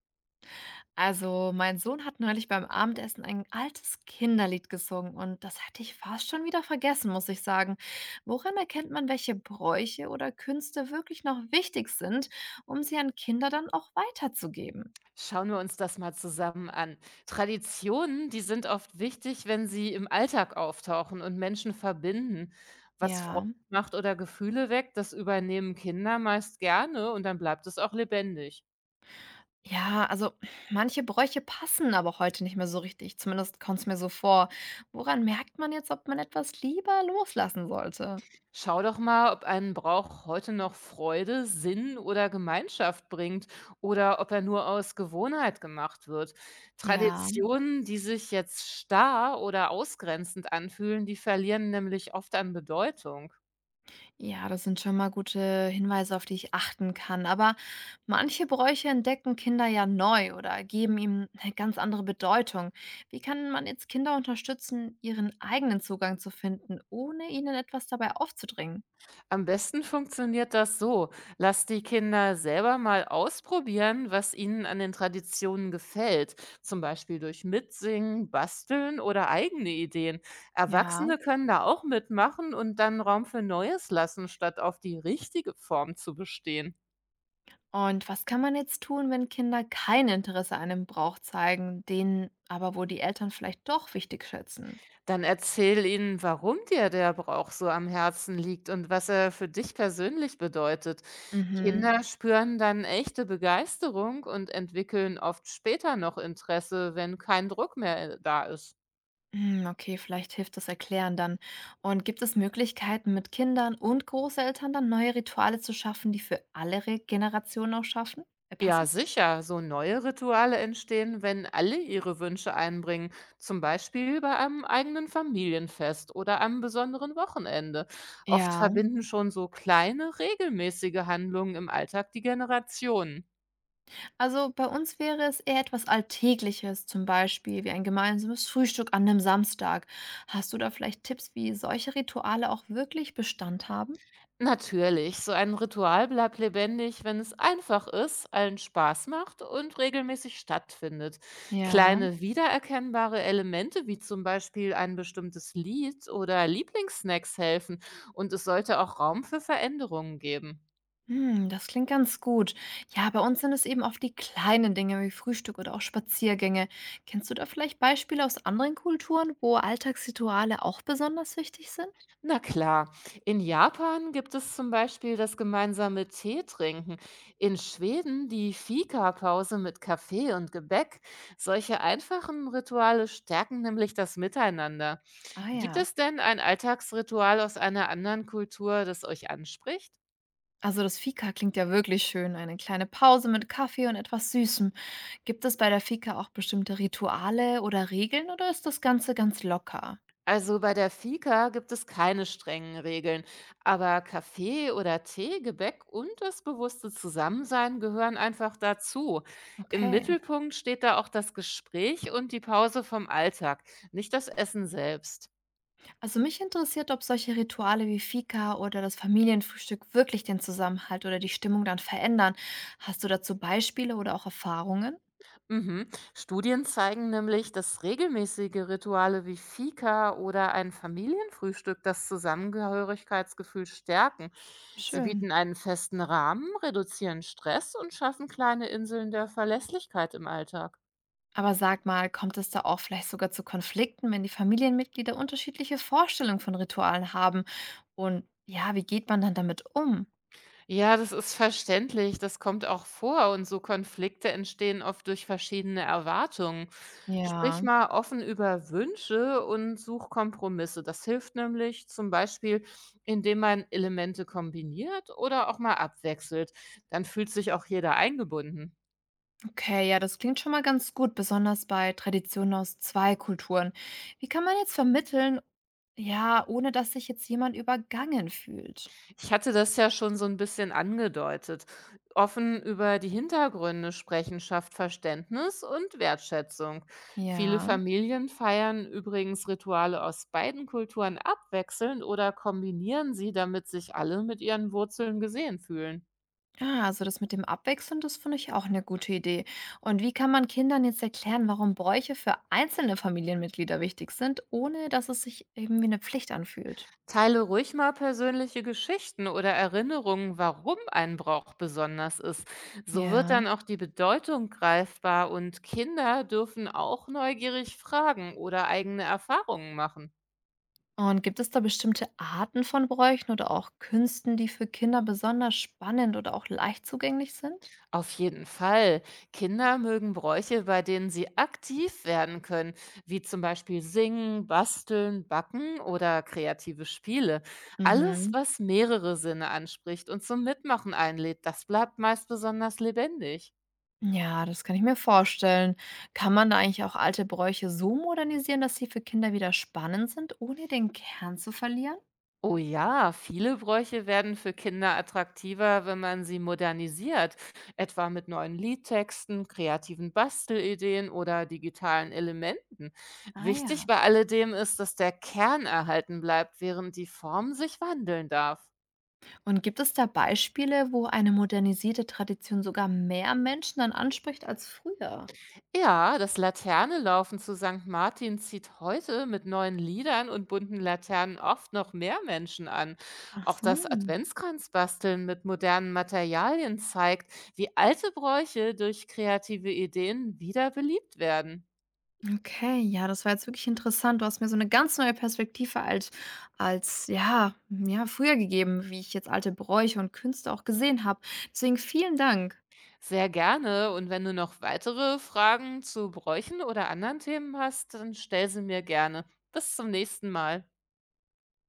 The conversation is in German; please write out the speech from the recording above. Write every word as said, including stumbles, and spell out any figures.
Also, mein Sohn hat neulich beim Abendessen ein altes Kinderlied gesungen und das hatte ich fast schon wieder vergessen, muss ich sagen. Woran erkennt man, welche Bräuche oder Künste wirklich noch wichtig sind, um sie an Kinder dann auch weiterzugeben? Schauen wir uns das mal zusammen an. Traditionen, die sind oft wichtig, wenn sie im Alltag auftauchen und Menschen verbinden. Was Ja. Freude macht oder Gefühle weckt, das übernehmen Kinder meist gerne und dann bleibt es auch lebendig. Ja, also manche Bräuche passen aber heute nicht mehr so richtig. Zumindest kommt es mir so vor. Woran merkt man jetzt, ob man etwas lieber loslassen sollte? Schau doch mal, ob ein Brauch heute noch Freude, Sinn oder Gemeinschaft bringt oder ob er nur aus Gewohnheit gemacht wird. Ja. Traditionen, die sich jetzt starr oder ausgrenzend anfühlen, die verlieren nämlich oft an Bedeutung. Ja, das sind schon mal gute Hinweise, auf die ich achten kann. Aber manche Bräuche entdecken Kinder ja neu oder geben ihm eine ganz andere Bedeutung. Wie kann man jetzt Kinder unterstützen, ihren eigenen Zugang zu finden, ohne ihnen etwas dabei aufzudringen? Am besten funktioniert das so. Lass die Kinder selber mal ausprobieren, was ihnen an den Traditionen gefällt. Zum Beispiel durch Mitsingen, Basteln oder eigene Ideen. Ja. Erwachsene können da auch mitmachen und dann Raum für Neues lassen, statt auf die richtige Form zu bestehen. Und was kann man jetzt tun, wenn Kinder kein Interesse an einem Brauch zeigen, den aber wo die Eltern vielleicht doch wichtig schätzen? Dann erzähl ihnen, warum dir der Brauch so am Herzen liegt und was er für dich persönlich bedeutet. Mhm. Kinder spüren dann echte Begeisterung und entwickeln oft später noch Interesse, wenn kein Druck mehr äh, da ist. Hm, okay, vielleicht hilft das Erklären dann. Und gibt es Möglichkeiten, mit Kindern und Großeltern dann neue Rituale zu schaffen, die für alle Re Generationen auch schaffen? Äh, Ja, Passen? sicher, so neue Rituale entstehen, wenn alle ihre Wünsche einbringen, zum Beispiel bei einem eigenen Familienfest oder einem besonderen Wochenende. Oft Ja, verbinden schon so kleine, regelmäßige Handlungen im Alltag die Generationen. also bei uns wäre es eher etwas Alltägliches, zum Beispiel wie ein gemeinsames Frühstück an einem Samstag. Hast du da vielleicht Tipps, wie solche Rituale auch wirklich Bestand haben? Natürlich, so ein Ritual bleibt lebendig, wenn es einfach ist, allen Spaß macht und regelmäßig stattfindet. Ja. Kleine wiedererkennbare Elemente wie zum Beispiel ein bestimmtes Lied oder Lieblingssnacks helfen und es sollte auch Raum für Veränderungen geben. Hm, das klingt ganz gut. Ja, bei uns sind es eben oft die kleinen Dinge wie Frühstück oder auch Spaziergänge. Kennst du da vielleicht Beispiele aus anderen Kulturen, wo Alltagsrituale auch besonders wichtig sind? Na klar, in Japan gibt es zum Beispiel das gemeinsame Teetrinken, in Schweden die Fika-Pause mit Kaffee und Gebäck. Solche einfachen Rituale stärken nämlich das Miteinander. Ah Gibt ja. es denn ein Alltagsritual aus einer anderen Kultur, das euch anspricht? Also das Fika klingt ja wirklich schön. Eine kleine Pause mit Kaffee und etwas Süßem. Gibt es bei der Fika auch bestimmte Rituale oder Regeln oder ist das Ganze ganz locker? Also bei der Fika gibt es keine strengen Regeln, aber Kaffee oder Tee, Gebäck und das bewusste Zusammensein gehören einfach dazu. Im Okay. Mittelpunkt steht da auch das Gespräch und die Pause vom Alltag, nicht das Essen selbst. Also mich interessiert, ob solche Rituale wie Fika oder das Familienfrühstück wirklich den Zusammenhalt oder die Stimmung dann verändern. Hast du dazu Beispiele oder auch Erfahrungen? Mhm. Studien zeigen nämlich, dass regelmäßige Rituale wie Fika oder ein Familienfrühstück das Zusammengehörigkeitsgefühl stärken. Sie Schön. bieten einen festen Rahmen, reduzieren Stress und schaffen kleine Inseln der Verlässlichkeit im Alltag. Aber sag mal, kommt es da auch vielleicht sogar zu Konflikten, wenn die Familienmitglieder unterschiedliche Vorstellungen von Ritualen haben? Und ja, wie geht man dann damit um? Ja, das ist verständlich. Das kommt auch vor. Und so Konflikte entstehen oft durch verschiedene Erwartungen. Sprich Ja, mal offen über Wünsche und such Kompromisse. Das hilft nämlich zum Beispiel, indem man Elemente kombiniert oder auch mal abwechselt. Dann fühlt sich auch jeder eingebunden. okay, ja, das klingt schon mal ganz gut, besonders bei Traditionen aus zwei Kulturen. Wie kann man jetzt vermitteln, ja, ohne dass sich jetzt jemand übergangen fühlt? Ich hatte das ja schon so ein bisschen angedeutet. Offen über die Hintergründe sprechen schafft Verständnis und Wertschätzung. Viele Ja. Familien feiern übrigens Rituale aus beiden Kulturen abwechselnd oder kombinieren sie, damit sich alle mit ihren Wurzeln gesehen fühlen. Ah, also das mit dem Abwechseln, das finde ich auch eine gute Idee. Und wie kann man Kindern jetzt erklären, warum Bräuche für einzelne Familienmitglieder wichtig sind, ohne dass es sich eben wie eine Pflicht anfühlt? Teile ruhig mal persönliche Geschichten oder Erinnerungen, warum ein Brauch besonders ist. So wird Ja. dann auch die Bedeutung greifbar und Kinder dürfen auch neugierig fragen oder eigene Erfahrungen machen. Und gibt es da bestimmte Arten von Bräuchen oder auch Künsten, die für Kinder besonders spannend oder auch leicht zugänglich sind? Auf jeden Fall. Kinder mögen Bräuche, bei denen sie aktiv werden können, wie zum Beispiel singen, basteln, backen oder kreative Spiele. Alles, Mhm. was mehrere Sinne anspricht und zum Mitmachen einlädt, das bleibt meist besonders lebendig. Ja, das kann ich mir vorstellen. Kann man da eigentlich auch alte Bräuche so modernisieren, dass sie für Kinder wieder spannend sind, ohne den Kern zu verlieren? Oh ja, viele Bräuche werden für Kinder attraktiver, wenn man sie modernisiert, etwa mit neuen Liedtexten, kreativen Bastelideen oder digitalen Elementen. Ah Wichtig ja. bei alledem ist, dass der Kern erhalten bleibt, während die Form sich wandeln darf. Und gibt es da Beispiele, wo eine modernisierte Tradition sogar mehr Menschen dann anspricht als früher? Ja, das Laternenlaufen zu Sankt Martin zieht heute mit neuen Liedern und bunten Laternen oft noch mehr Menschen an. Ach Auch so, das Adventskranzbasteln mit modernen Materialien zeigt, wie alte Bräuche durch kreative Ideen wieder beliebt werden. okay, ja, das war jetzt wirklich interessant. Du hast mir so eine ganz neue Perspektive als, als ja, ja, früher gegeben, wie ich jetzt alte Bräuche und Künste auch gesehen habe. Deswegen vielen Dank. Sehr gerne. Und wenn du noch weitere Fragen zu Bräuchen oder anderen Themen hast, dann stell sie mir gerne. Bis zum nächsten Mal.